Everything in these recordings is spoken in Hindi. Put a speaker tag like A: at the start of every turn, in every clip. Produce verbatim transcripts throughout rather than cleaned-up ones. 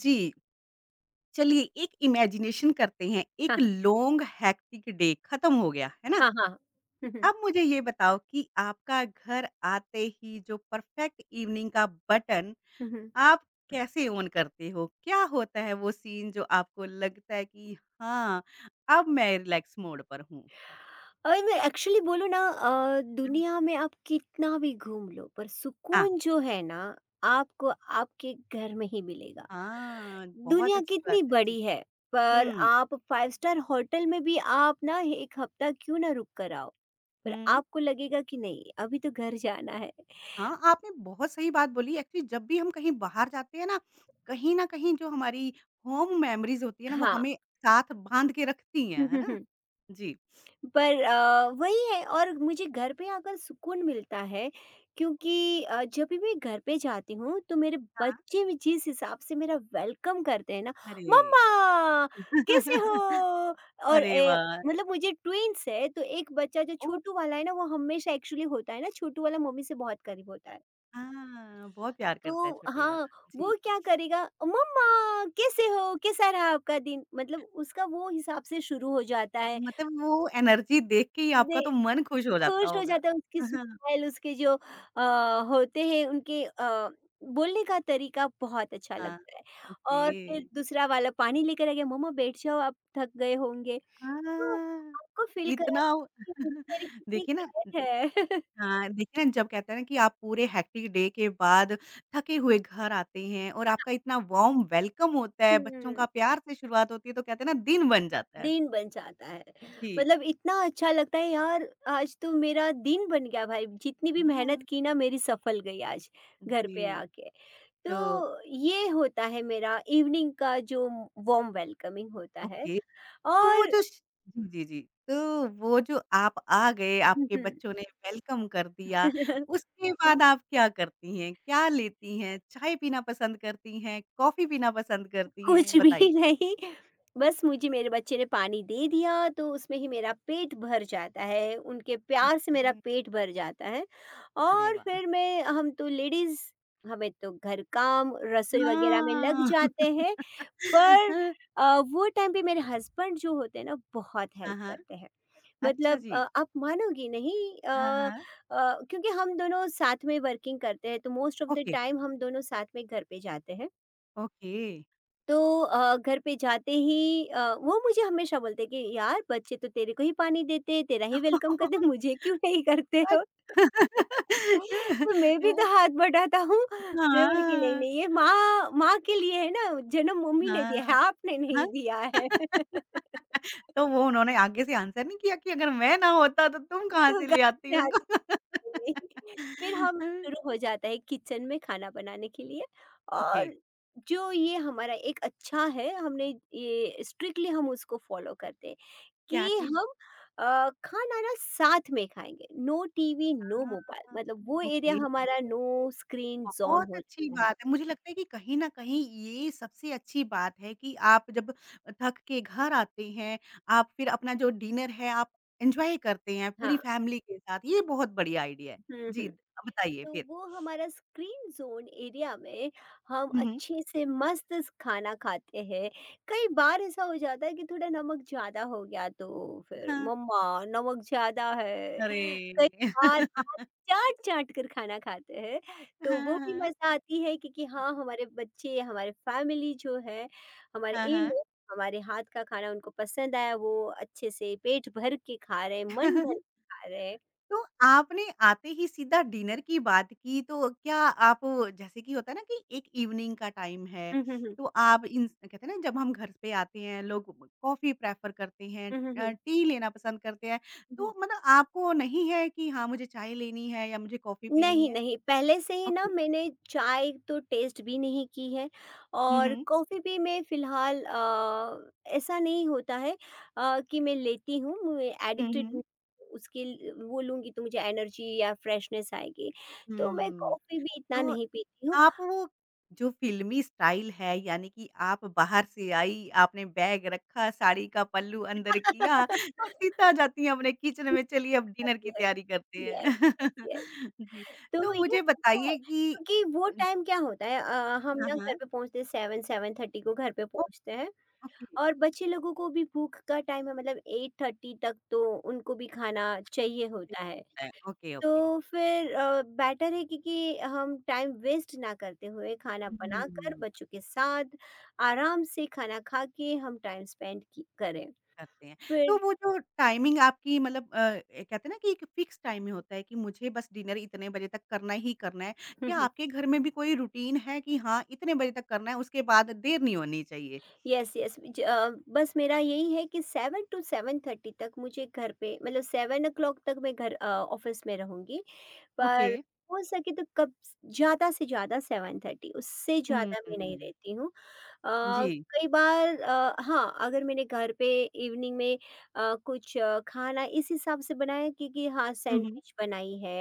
A: जी, चलिए एक इमेजिनेशन करते हैं, एक
B: हाँ,
A: लॉन्ग हेक्टिक डे खत्म हो गया, है ना?
B: हाँ, हाँ। हुँ, हुँ,
A: अब मुझे ये बताओ कि आपका घर आते ही जो परफेक्ट इवनिंग का बटन
B: हुँ, हुँ।
A: आप कैसे ऑन करते हो? क्या होता है वो सीन जो आपको लगता है कि हाँ, अब मैं रिलैक्स मोड पर हूँ?
B: और मैं एक्चुअली बोलूँ ना अ,
A: हाँ।
B: दुनिया में आप कितना भी घूम लो पर
A: हाँ,
B: सुकून जो है ना, आपको आपके घर में ही मिलेगा।
A: हाँ, बहुत
B: दुनिया
A: अच्छी बात
B: कितनी
A: है। जी।
B: बड़ी है, पर
A: हुँ,
B: आप फ़ाइव स्टार होटल में भी आप ना एक हफ्ता क्यों ना रुक कर आओ, पर
A: हुँ।
B: आपको लगेगा कि नहीं अभी तो घर जाना है।
A: हाँ, आपने बहुत सही बात बोली। एक्चुअली जब भी हम कहीं बाहर जाते हैं ना, कहीं न कहीं जो हमारी होम मेमोरीज़ होती है ना, वो
B: हाँ।
A: हमें साथ बाँध के रखती हैं,
B: हुँ,
A: है
B: हुँ,
A: ना?
B: हुँ।
A: जी।
B: पर अ, वही है और मुझे घर पे आकर सुकून मिलता है क्योंकि अ, जब भी मैं घर पे जाती हूँ तो मेरे
A: हाँ।
B: बच्चे भी जिस हिसाब से मेरा वेलकम करते हैं ना
A: अरे!
B: मम्मा कैसे हो और
A: अरे
B: ए,
A: वाह!
B: मतलब मुझे ट्विंस है तो एक बच्चा जो
A: ओह!
B: छोटू वाला है ना वो हमेशा एक्चुअली होता है ना छोटू वाला मम्मी से बहुत करीब होता है
A: हाँ, बहुत प्यार करता है
B: तो
A: छोटे
B: हाँ
A: वाला। जी।
B: वो क्या करेगा मम्मा कैसे हो कैसा रहा आपका दिन मतलब उसका वो हिसाब से शुरू हो जाता
A: अ, मतलब वो एनर्जी देख के ही आपका
B: है
A: तो मन खुश हो जाता
B: खुश हो
A: होगा।
B: जाता है उसकी
A: हाँ,
B: स्माइल उसके जो अ, होते हैं उनके अ, बोलने का तरीका बहुत अच्छा
A: हाँ
B: लगता है
A: ओके।
B: और फिर दूसरा वाला पानी लेकर आ गया मम्मा बैठ जाओ आप थक गए होंगे तो
A: हाँ,
B: आपको फील करा
A: इतना
B: कि उनकी मेरी कितनी
A: देखिए ना
B: केयर है
A: हाँ, देखिए ना जब कहते हैं ना कि आप पूरे हेक्टिक डे के बाद थके हुए घर आते हैं और आपका इतना वार्म वेलकम होता है, बच्चों का
B: हम्म
A: प्यार से शुरुआत होती है तो कहते हैं ना दिन बन जाता है।
B: दिन बन जाता है
A: जी।
B: मतलब इतना अच्छा लगता है यार आज तो मेरा दिन बन गया भाई जितनी भी मेहनत
A: हाँ,
B: की ना मेरी सफल गई आज घर पे
A: जी।
B: आके
A: तो
B: तो ये होता है मेरा इवनिंग का जो वार्म वेलकमिंग होता है
A: ओके। तो वो
B: और
A: जो श जी, जी, जी। तो वो जो आप आ गए, आपके बच्चों ने वेलकम कर दिया, उसके बाद आप क्या करती हैं? क्या लेती हैं? चाय पीना पसंद करती हैं? कॉफ़ी पीना पसंद करती हैं?
B: कुछ भी
A: बताइए।
B: नहीं बस मुझे मेरे बच्चे ने पानी दे दिया तो उसमें ही मेरा पेट भर जाता है उनके प्यार से मेरा
A: ओके,
B: पेट भर जाता है
A: अरे
B: और
A: वाह!
B: फिर मैं हम तो लेडीज हमें तो घर काम रसोई वगैरह में लग
A: हाँ।
B: जाते हैं पर
A: हाँ,
B: अ, वो टाइम पे मेरे हस्बैंड जो होते हैं ना बहुत
A: हाँ,
B: हेल्प
A: हाँ।
B: करते हैं।
A: अच्छा
B: मतलब
A: जी।
B: अ, आप मानोगी नहीं अ
A: हाँ, हाँ।
B: अ, क्योंकि हम दोनों साथ में वर्किंग करते हैं तो most of the
A: okay,
B: time हम दोनों साथ में घर पे जाते हैं।
A: ओके।
B: तो अ, घर पे जाते ही अ, वो मुझे हमेशा बोलते हैं कि यार बच्चे तो तेरे को ही पानी देते, तेरा ही वेलकम करते, मुझे क्यों नहीं करते हो? तो मैं
A: अ
B: भी तो हाथ बटाता हूँ। मैं बोली कि नहीं,
A: हाँ,
B: नहीं ये माँ माँ के लिए है ना, जन्म मम्मी ने
A: हाँ,
B: दिया है, आपने नहीं
A: हाँ।
B: दिया है।
A: तो वो उन्होंने आगे से आंसर नहीं किया कि अगर मैं ना होता तो तुम कहाँ
B: तो
A: से
B: गाल
A: ले आती
B: में हाथ
A: उनको?
B: नहीं। फिर हम
A: हाँ,
B: शुरू हो जाता है किचन में खाना बनाने के लिए
A: ओके,
B: और जो ये हमारा एक अच्छा है, हमने ये स्ट्रिक्टली हम उसको फॉलो करते हैं।
A: क्या
B: कि
A: चीज़?
B: हम अ, खाना ना साथ में खाएँगे, नो टीवी, नो मोबाइल
A: हाँ,
B: मतलब वो एरिया
A: ओके।
B: हमारा नो स्क्रीन ज़ोन
A: बहुत
B: हो
A: अच्छी
B: जाता है।
A: बात है। मुझे लगता है कि कहीं न कहीं ये सबसे अच्छी बात है कि आप जब थक के घर आते हैं, आप फिर अपना जो डिनर है आप एन्जॉय करते हैं पूरी
B: हाँ,
A: फैमिली के साथ, ये बहुत बढ़िया आइडिया है।
B: हुँ,
A: जी,
B: हुँ।
A: बताइए
B: तो
A: फिर?
B: वो हमारा स्क्रीन ज़ोन एरिया में हम
A: हुँ, हुँ।
B: अच्छे से मस्त स खाना खाते हैं। कई बार ऐसा हो जाता है कि थोड़ा नमक ज़्यादा हो गया तो फिर
A: हाँ,
B: मम्मा नमक ज़्यादा है। कई
A: अरे!
B: बार हाथ चाट-चाट कर खाना खाते हैं, तो वो
A: हाँ,
B: भी
A: हाँ।
B: मज़ा आती है क्योंकि हाँ, हमारे बच्चे, हमारे फैमिली जो है, हमारे
A: हाँ,
B: इन
A: हाँ।
B: हमारे हाथ का खाना उनको पसंद आया, वो अच्छे से पेट भर के खा रहे हैं, मन भर के खा रहे हैं।
A: तो आपने आते ही सीधा डिनर की बात की, तो क्या आप जैसे कि होता है ना कि एक इवनिंग का टाइम है,
B: हुँ, हुँ, हुँ।
A: तो आप इन कहते हैं ना जब हम घर पे आते हैं, लोग कॉफ़ी प्रेफ़र करते हैं
B: हुँ, हुँ,
A: अ,
B: हुँ।
A: टी लेना पसंद करते हैं,
B: हुँ,
A: तो
B: हुँ।
A: मतलब आपको नहीं है कि हाँ, मुझे चाय लेनी है या मुझे कॉफ़ी पीनी
B: नहीं,
A: है?
B: नहीं, पहले से ही ना
A: ओके।
B: मैंने चाय तो टेस्ट भी नहीं की है
A: हुँ,
B: और
A: हुँ।
B: कॉफ़ी भी मैं फ़िलहाल अ, ऐसा नहीं होता है अ, कि मैं लेती हूँ, मैं
A: हुँ,
B: एडिक्टेड नहीं
A: हुँ।
B: हूँ उसके ल वो लूँगी तो मुझे एनर्जी या फ्रेशनेस आएगी, तो मैं
A: हुँ।
B: कॉफ़ी भी इतना
A: तो
B: नहीं पीती हूँ।
A: आप वो जो फ़िल्मी स्टाइल है, यानी कि आप बाहर से आई, आपने बैग रखा, साड़ी का पल्लू अंदर किया और सीधा जाती हैं अपने किचन में, चलिए अब डिनर की तैयारी करते हैं।
B: Yes, yes.
A: जी,
B: तो
A: तो
B: ये
A: मुझे
B: होता
A: बताइए
B: है,
A: कि
B: क्योंकि वो टाइम क्या होता है अ, हम
A: हाँ,
B: ना घर
A: हाँ।
B: पे पहुँचते हैं सेवन, सेवन थर्टी को घर पे
A: ओ
B: पहुँचते हैं।
A: ओके।
B: और बच्चे लोगों को भी भूख का टाइम है मतलब एट थर्टी तक तो उनको भी खाना चाहिए होता है।
A: ओके,
B: तो
A: ओके।
B: फिर अ, बेटर है कि कि हम टाइम वेस्ट ना करते हुए खाना बनाकर
A: हुँ।
B: बच्चों के साथ आराम से खाना खा के हम टाइम स्पेंड की करें।
A: करते हैं। तो
B: फिर
A: वो जो टाइमिंग आपकी मतलब अ, ए कहते हैं ना कि एक फिक्स टाइम में होता है कि मुझे बस डिनर इतने बजे तक करना ही करना है।
B: हुँ,
A: क्या
B: हुँ।
A: आपके घर में भी कोई रूटीन है कि हाँ, इतने बजे तक करना है, उसके बाद देर नहीं होनी चाहिए?
B: यस, यस ज अ, बस मेरा यही है कि सेवन टू सेवन थर्टी तक मुझे घर पे मतलब सेवन ओ क्लॉक तक मैं घर अ, ऑफ़िस में रहूँगी
A: ओके।
B: पर हो सके तो कब स ज़्यादा से ज़्यादा सेवन थर्टी उससे
A: हुँ,
B: ज़्यादा मैं नहीं
A: हुँ।
B: रहती हूँ। अ,
A: जी।
B: कई बार अ, हाँ, अगर मैंने घर पे इवनिंग में अ, कुछ अ, खाना इस हिसाब से बनाया है कि कि हाँ,
A: हुँ, हुँ।
B: सैंडविच बनाई है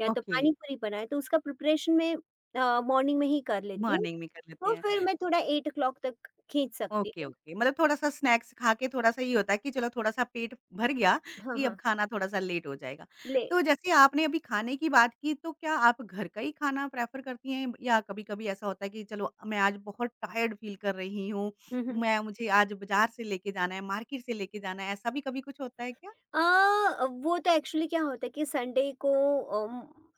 B: या तो
A: ओके,
B: पानी पूरी बनाया है, तो उसका प्रिपरेशन मैं अ, मॉर्निंग में ही कर लेती हूँ।
A: मॉर्निंग में कर लेते
B: तो
A: हैं।
B: फिर मैं थोड़ा एट o'clock तक खींच सकती
A: ओके,
B: हूँ।
A: ओके। मतलब थोड़ा-सा स्नैक्स खा के थोड़ा-सा ये होता है कि चलो थोड़ा-सा पेट भर गया
B: हाँ,
A: कि अब
B: हाँ,
A: खाना थोड़ा-सा लेट हो जाएगा।
B: ले
A: तो जैसे आपने अभी खाने की बात की तो क्या आप घर का ही खाना प्रेफ़र करती हैं या कभी-कभी ऐसा होता है कि चलो मैं आज बहुत टायर्ड फ़ील कर रही हूँ,
B: हुँ, हुँ।
A: मैं मुझे आज बाज़ार से लेके जाना है, मार्केट से लेके जाना है, ऐसा भी कभी कुछ होता है क्या?
B: अ, वो तो एक्चुअली क्या होता है कि संडे को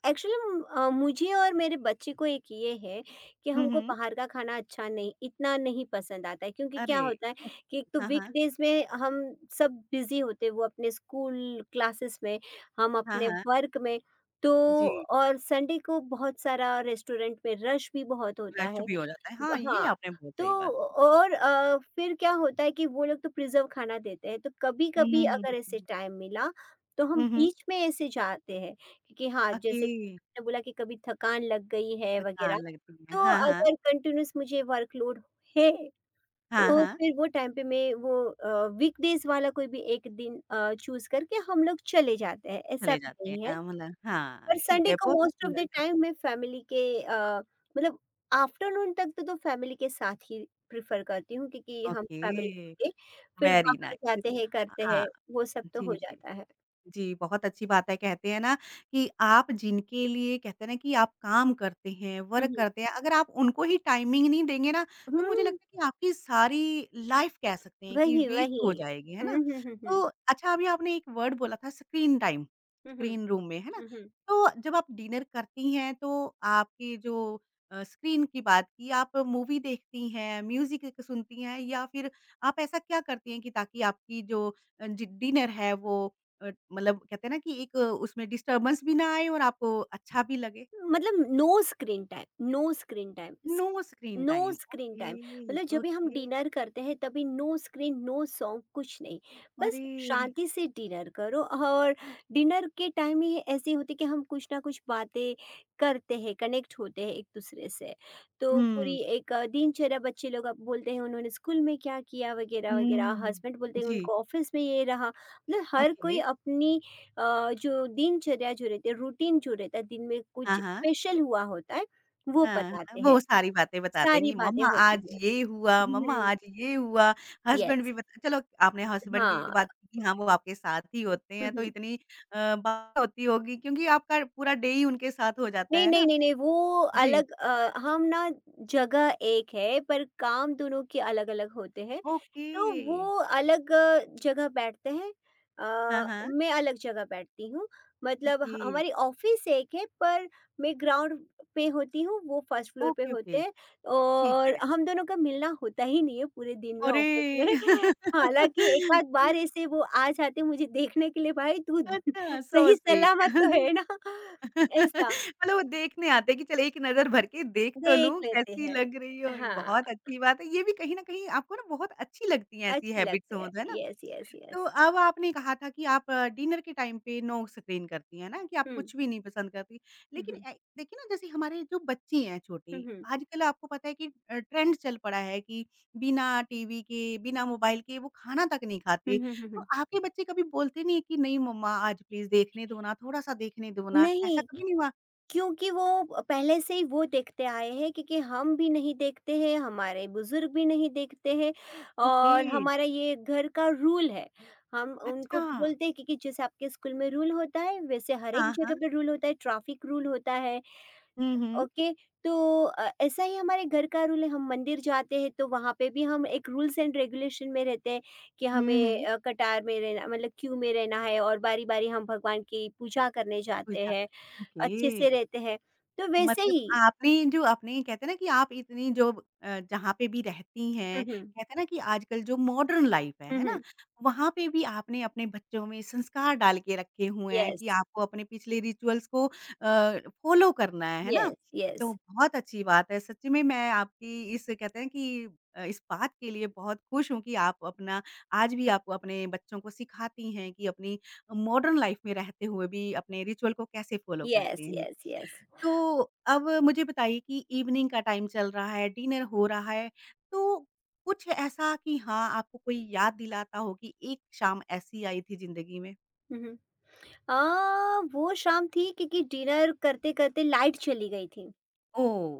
B: एक्चुअली मुझे और मेरे बच्चे को एक ये है कि
A: हुँ,
B: हमको
A: हुँ।
B: बाहर का खाना अच्छा नहीं इतना नहीं पसंद आता है क्योंकि क्या
A: अरे!
B: होता है
A: ओ
B: कि एक तो
A: हाँ, हाँ।
B: वीकडेज में हम सब बिजी होते हैं वो अपने स्कूल क्लासेस में हम
A: हाँ,
B: अपने
A: हाँ।
B: वर्क में तो
A: जी,
B: और संडे को बहुत सारा रेस्टोरेंट में रश भी बहुत होता
A: रश
B: है
A: भी हो जाता है। हाँ, ये
B: हाँ,
A: आपने बहुत
B: तो
A: सही बात बोली।
B: और अ, फिर क्या होता है कि वो लोग तो प्रिज़र्व खाना देते हैं, तो
A: हुँ,
B: कभी-कभी
A: हुँ, हुँ, हुँ,
B: अगर ऐसे
A: हुँ।
B: टाइम मिला, तो हम
A: हुँ, हुँ।
B: बीच में ऐसे जाते हैं, क्योंकि हाँ,
A: ओके।
B: जैसे आपने बोला कि कभी थकान लग गई है वगैरह,
A: थकान लगती है।
B: तो
A: हाँ, हाँ।
B: अगर कंटिन्यूअस मुझे वर्कलोड है,
A: हाँ,
B: तो
A: हाँ।
B: फिर वो टाइम पे मैं वो अ, वीकडेज़ वाला कोई भी एक दिन अ, चूज़ करके हम लोग चले जाते हैं, ऐसा
A: चले
B: भी
A: जाते
B: नहीं है।
A: हैं अ, मतलब हाँ,
B: पर
A: ठीक
B: संडे
A: है
B: को
A: बहुत
B: मोस्ट
A: अच्छी
B: ऑफ द
A: बात है।
B: टाइम मैं फैमिली के अ, मतलब आफ्टरनून तक तो, तो फैमिली के साथ ही प्रेफ़र करती हूँ क्योंकि हम फैमिली
A: ओके,
B: होके फिर
A: वेरी
B: बाहर
A: नाइस।
B: जाते हैं, करते
A: हाँ,
B: हैं, वो सब तो हो
A: जी, जी।
B: जाता है।
A: जी, बहुत अच्छी बात है। कहते हैं ना कि आप जिनके लिए कहते हैं ना कि आप काम करते हैं,
B: हुँ,
A: वर्क
B: हुँ।
A: करते हैं, अगर आप उनको ही टाइमिंग नहीं देंगे ना, तो मुझे
B: हुँ,
A: लगता है कि आपकी सारी लाइफ कह सकते हैं कि
B: वही,
A: वेस्ट
B: वही।
A: हो जाएगी, है ना?
B: हुँ, हुँ, हुँ,
A: तो
B: हुँ।
A: अच्छा अभी आपने एक वर्ड बोला था स्क्रीन टाइम,
B: हुँ, हुँ,
A: स्क्रीन रूम में, है ना?
B: हुँ, हुँ।
A: तो जब आप डिनर करती हैं तो आपके जो अ, स्क्रीन की बात की, आप मूवी देखती हैं, म्यूज़िक एक सुनती हैं या फिर आप ऐसा क्या करती हैं कि ताकि आपकी जो अ, जी डिनर है वो अ, मतलब कहते हैं ना कि एक उसमें डिस्टर्बेंस भी ना आए और आपको अच्छा भी लगे?
B: मतलब no screen time, no screen time.
A: No screen
B: no
A: time,
B: screen time
A: okay,
B: मतलब जब भी हम
A: ओके।
B: डिनर करते हैं तभी नो स्क्रीन नो सॉन्ग कुछ नहीं बस
A: अरे!
B: शांति से डिनर करो और डिनर के टाइम ही ऐसी होती कि हम कुछ ना कुछ बातें करते हैं कनेक्ट होते हैं एक दूसरे से तो पूरी
A: हुँ,
B: एक अ, दिनचर्या बच्चे लोग अब बोलते हैं उन्होंने स्कूल में क्या किया वगैरह वगैरह
A: हुँ।
B: हस्बैंड बोलते हैं
A: जी,
B: उनको ऑफिस में ये रहा मतलब हर
A: ओके।
B: कोई अपनी अ, जो दिनचर्या जो रहती है रूटीन जो रहता है दिन में
A: हाँ,
B: कुछ
A: हाँ।
B: स्पेशल हुआ होता है वो
A: हाँ, हाँ।
B: बताते
A: वो
B: हैं
A: सारी बातें बताते हैं
B: सारी
A: कि
B: बातें
A: मम्मा
B: होती
A: आज
B: हैं।
A: ये हुआ, मम्मा
B: हुँ,
A: आज ये हुआ। हस्बैंड भी
B: यस,
A: बता चलो आपने हस्बैंड की तो
B: हाँ।
A: बात की कि हाँ, वो आपके साथ ही होते
B: हुँ,
A: हैं तो
B: हुँ।
A: इतनी अ, बात होती होगी क्योंकि आपका पूरा डे ही उनके साथ हो जाता
B: नहीं,
A: है ना?
B: नहीं, नहीं, नहीं वो
A: जी,
B: अलग अ, हम ना जगह एक है पर काम दोनों के अलग-अलग होते हैं
A: ओके।
B: तो वो अलग अ, जगह बैठते हैं
A: हाँ,
B: अ,
A: हाँ।
B: मैं अलग जगह बैठती हूँ मतलब
A: ओके।
B: ह हमारी ऑफ़िस एक है पर मैं ग्राउंड पे होती हूँ, वो फर्स्ट फ्लोर पे
A: Okay,
B: होते
A: okay,
B: हैं
A: ठीक
B: और
A: है.
B: हम दोनों का मिलना होता ही नहीं है पूरे दिन में
A: ओरे,
B: ऑफ़िस में। हालाँकि एक आध बार ऐसे वो आ जाते हैं मुझे देखने के लिए भाई तू
A: अच्छा, so
B: सही
A: sweet.
B: सलामत तो है ना? ऐसा
A: मतलब वो देखने आते हैं कि चल एक नज़र भर के देख तो
B: देख
A: लूँ
B: लेते
A: कैसी
B: हैं।
A: लग रही हो, ये
B: हाँ,
A: बहुत अच्छी बात है। ये भी कहीं न कहीं आपको ना बहुत अच्छी लगती हैं ऐसी
B: अच्छी
A: हैबिट्स
B: लगते
A: हो,
B: हैं।
A: है ना?
B: यस, यस,
A: तो
B: यस।
A: अब आपने कहा था कि आप डिनर के टाइम पे नो स्क्रीन करती हैं ना कि आप
B: हुँ।
A: कुछ भी नहीं पसंद करती।
B: हुँ,
A: लेकिन
B: हुँ।
A: ए देखिए ना जैसे हमारे जो बच्चे हैं
B: हुँ,
A: छोटे,
B: हुँ।
A: आजकल आपको पता है कि अ, ट्रेंड चल पड़ा है कि बिना टीवी के, बिना मोबाइल के वो खाना तक नहीं
B: हुँ,
A: खाते।
B: हुँ, हुँ,
A: तो
B: हुँ।
A: आपके बच्चे कभी बोलते नहीं है कि नहीं मम्मा आज प्लीज़ देखने दो ना, थोड़ा-सा देखने दो ना, ऐसा
B: नहीं,
A: कभी नहीं हुआ?
B: क्योंकि वो पहले से ही वो देखते आए हैं क्योंकि हम भी नहीं देखते हैं, हमारे बुज़ुर्ग भी नहीं देखते हैं
A: ओके,
B: और हमारा ये घर का रूल है। हम उनको
A: अच्छा।
B: बोलते हैं क्योंकि जैसे आपके स्कूल में रूल होता है, वैसे हर एक
A: हाँ, हाँ।
B: जगह पे रूल होता है, ट्रैफिक रूल होता है
A: हुँ, हुँ।
B: ओके तो अ, ऐसा ही हमारे घर का रूल है हम मंदिर जाते हैं तो वहाँ पे भी हम एक रूल्स एंड रेगुलेशन में रहते हैं कि हमें
A: हुँ, हुँ।
B: अ, कतार में रहना मतलब क्यू में रहना है और बारी बारी हम भगवान की पूजा करने जाते हैं
A: ओके।
B: अच्छे से रहते हैं तो वैसे
A: मतलब
B: ही
A: आपने जो आपने कहते हैं ना कि आप इतनी जो अ, जहाँ पे भी रहती हैं,
B: हम्म
A: कहते हैं ना कि आजकल जो मॉडर्न लाइफ़ है, है
B: हम्म हम्म
A: ना? वहाँ पे भी आपने अपने बच्चों में संस्कार डाल के रखे हुए हैं
B: यस
A: कि आपको अपने पिछले रिचुअल्स को अ, फ़ॉलो करना है, है ना?
B: यस यस
A: तो बहुत अच्छी बात है, सच्ची में मैं आपकी इस कहते हैं कि अ, इस बात के लिए बहुत खुश हूँ कि आप अपना आज भी आप अपने बच्चों को सिखाती हैं कि अपनी मॉडर्न लाइफ़ में रहते हुए भी अपने रिचुअल को कैसे फ़ॉलो करते
B: यस
A: हैं।
B: यस यस
A: तो अब मुझे बताइए कि इवनिंग का टाइम चल रहा है, डिनर हो रहा है, तो कुछ ऐसा कि हाँ, आपको कोई याद दिलाता हो कि एक शाम ऐसी आई थी ज़िंदगी में?
B: हम्म आ, वो शाम थी क्योंकि डिनर करते करते लाइट चली गई थी
A: ओह!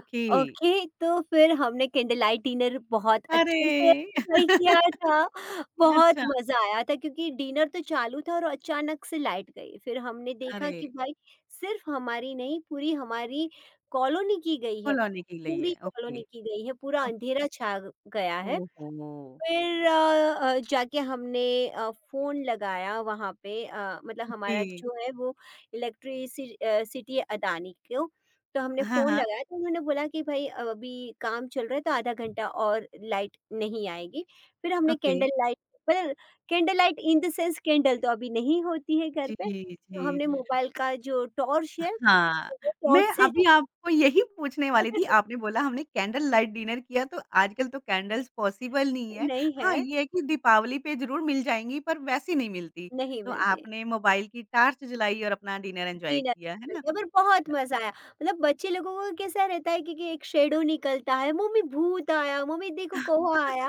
A: ओके।
B: ओके, तो फिर हमने कैंडल लाइट डिनर बहुत
A: अरे!
B: अच्छे से एन्जॉय किया था,
A: अच्छा,
B: बहुत मज़ा आया था क्योंकि डिनर तो चालू था और अचानक से लाइट गई। फिर हमने देखा
A: अरे!
B: कि भाई सिर्फ हमारी नहीं, पूरी हमारी कॉलोनी की गई है,
A: कॉलोनी की लई है,
B: पूरी
A: ओके।
B: कॉलोनी की गई है, पूरा
A: ओ
B: अंधेरा छा गया है।
A: ओहो!
B: फिर अ अ, जाके हमने अ, फ़ोन लगाया वहाँ पे अ, मतलब
A: ओके।
B: हमारा जो है वो इलेक्ट्रिसि अ, सिटी है अदानी को, तो हमने
A: हाँ,
B: फ़ोन
A: हाँ।
B: लगाया तो उन्होंने बोला कि भई अभी काम चल रहा है तो आधा घंटा और लाइट नहीं आएगी। फिर हमने
A: ओके।
B: कैंडल लाइट पर candle light in the sense candle तो अभी नहीं होती है घर
A: जी,
B: पे, तो
A: जी।
B: हमने मोबाइल का जो टॉर्च है,
A: हाँ,
B: वो
A: मैं
B: टॉर्च से
A: अभी आपको यही पूछने वाली थी, आपने बोला हमने कैंडल लाइट डिनर किया तो आजकल तो कैंडल्स पॉसिबल नहीं है।
B: नहीं
A: हाँ,
B: है,
A: ये है कि दीपावली पे ज़रूर मिल जाएँगी पर वैसी नहीं मिलती।
B: नहीं
A: तो
B: मिलती।
A: आपने मोबाइल की टार्च जलाई और अपना डिनर एन्जॉय
B: डिनर
A: किया, है ना?
B: पर बहुत मज़ा आया। मतलब बच्चे लोगों को कैसा रहता है कि कि एक शैडो निकलता है, मम्मी भूत आया, मम्मी देखो कौवा आया।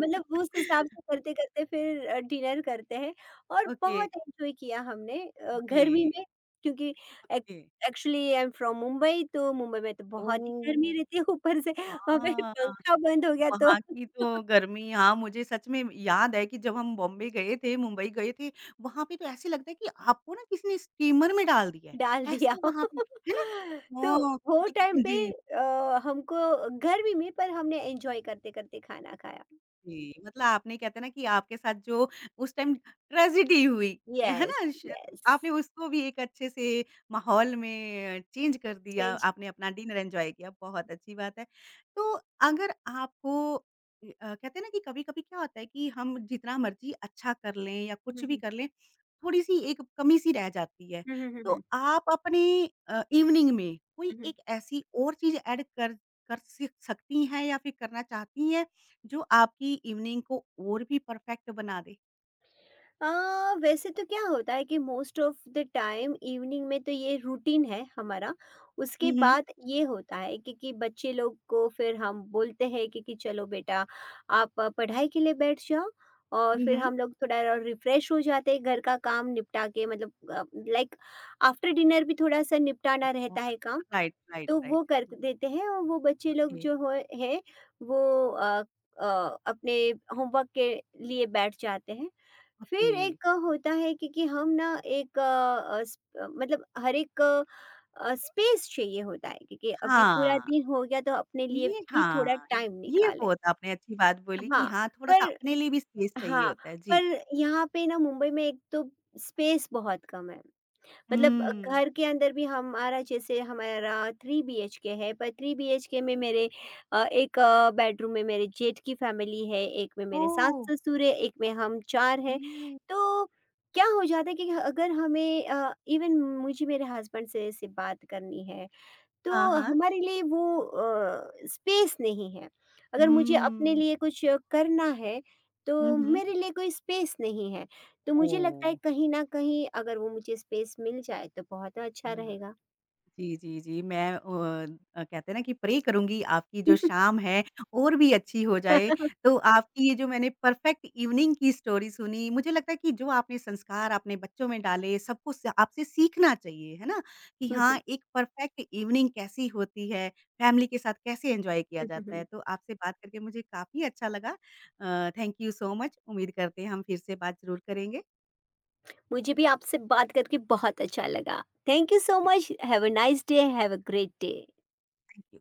B: मतलब वो उस हिसाब से करते-करते फिर अ, डिनर करते हैं और
A: ओके,
B: बहुत एन्जॉय किया हमने अ, गर्मी
A: जी,
B: में क्योंकि एक
A: okay.
B: Actually I am from Mumbai तो मुंबई में तो बहुत ही गर्मी
A: ओह!
B: रहती है ऊपर से वहाँ पे
A: हाँ।
B: पंखा बंद हो गया तो
A: वहाँ की तो गर्मी हाँ, मुझे सच में याद है कि जब हम बॉम्बे गए थे, मुंबई गए थे, वहाँ पे तो ऐसे लगता है कि आपको ना किसी ने स्टीमर में डाल दिया है।
B: डाल दिया।
A: ऐसा वहाँ पे, है ना?
B: तो
A: हाँ,
B: वो टाइम
A: बिल्कु
B: पे
A: जी।
B: अ, हमको गर्मी में पर हमने एन्जॉय करते-करते खाना खाया।
A: जी, मतलब आपने कहते हैं ना कि आपके साथ जो उस टाइम ट्रेजेडी हुई, है ना?
B: यस,
A: श तो
B: यस।
A: आपने उसको भी एक अच्छे से माहौल में चेंज कर दिया,
B: चेंज
A: आपने अपना डिनर एन्जॉय किया, बहुत अच्छी बात है। तो अगर आपको अ, कहते हैं ना कि कभी-कभी क्या होता है कि हम जितना मर्ज़ी अच्छा कर लें या कुछ
B: हुँ,
A: भी
B: हुँ।
A: कर लें, थोड़ी-सी एक कमी-सी रह जाती है।
B: हुँ, हुँ, हुँ,
A: तो
B: हुँ,
A: आप अपने अ, इवनिंग में कोई
B: हुँ, हुँ।
A: एक ऐसी और चीज़ ऐड कर कर सि सकती हैं या फिर करना चाहती हैं? जो आपकी इवनिंग को और भी परफेक्ट बना दे?
B: अ, वैसे तो क्या होता है कि most of the time evening में तो ये रूटीन है हमारा।
A: हुँ,
B: उसके
A: हुँ।
B: बाद ये होता है कि कि बच्चे लोग को फिर हम बोलते हैं कि कि चलो बेटा आप आ, पढ़ाई के लिए बैठ जाओ और
A: हुँ,
B: फिर
A: हुँ।
B: हम लोग थोड़ा और रिफ्रेश हो जाते हैं घर का काम निपटा के मतलब अ, लाइक आफ्टर डिनर भी थोड़ा-सा निपटाना
A: बहुत
B: रहता है काम।
A: राइट, राइट,
B: तो
A: राइट।
B: वो कर देते हैं और वो बच्चे लोग
A: ओके,
B: जो हो हैं वो अ, अ, अपने होमवर्क के लिए बैठ जाते हैं।
A: ओके।
B: फिर एक होता है कि कि हम ना एक अ, अ, स अ, मतलब हर एक अ, अ, स्पेस चाहिए होता है क्योंकि अभी पूरा
A: हाँ,
B: दिन हो गया तो अपने लिए
A: ये
B: भी थोड़ा
A: हाँ,
B: टाइम
A: ये
B: निकालें।
A: बहुत आपने अच्छी बात बोली कि
B: हाँ,
A: हाँ, थोड़ा-सा
B: पर
A: अपने लिए भी स्पेस चाहिए
B: हाँ,
A: होता है। जी।
B: पर यहाँ पे ना मुंबई में एक तो स्पेस बहुत कम है। मतलब
A: हुँ।
B: घर के अंदर भी हमारा जैसे हमारा थ्री बीएचके है पर थ्री बीएचके में मेरे अ, एक अ, बेडरूम में मेरे जेठ की फैमिली है, एक में मेरे सास
A: ओह!
B: ससुर है, एक में हम चार हैं।
A: ये
B: तो क्या हो जाता है कि अगर हमें अ, इवन मुझे मेरे हस्बैंड से से बात करनी है तो
A: हाँ, हाँ।
B: हमारे लिए वो अ, स्पेस नहीं है। अगर मुझे अपने
A: हुँ।
B: लिए कुछ अ, करना है,
A: हुँ,
B: तो
A: हुँ।
B: मेरे लिए कोई स्पेस नहीं है। तो मुझे लगता है
A: ओह!
B: कहीं न कहीं अगर वो मुझे स्पेस मिल जाए तो बहुत अच्छा
A: हाँ।
B: रहेगा।
A: जी, जी, जी। मैं अ अ, कहते हैं ना कि प्रे करूँगी आपकी जो शाम है और भी अच्छी हो जाए। तो आपकी ये जो मैंने परफेक्ट इवनिंग की स्टोरी सुनी, मुझे लगता है कि जो आपने संस्कार अपने बच्चों में डाले सबको स आपसे सीखना चाहिए, है ना? कि हाँ, एक परफेक्ट इवनिंग कैसी होती है, फैमिली के साथ कैसे एन्जॉय किया जाता है। तो आपसे बात करके मुझे काफ़ी अच्छा लगा। अ, थैंक यू सो मच। उम्मीद करते हैं हम फिर से बात ज़रूर करेंगे।
B: मुझे भी आपसे बात करके बहुत अच्छा लगा। थैंक यू सो
A: जी,
B: much. Have a nice day, have a great day.
A: Thank you.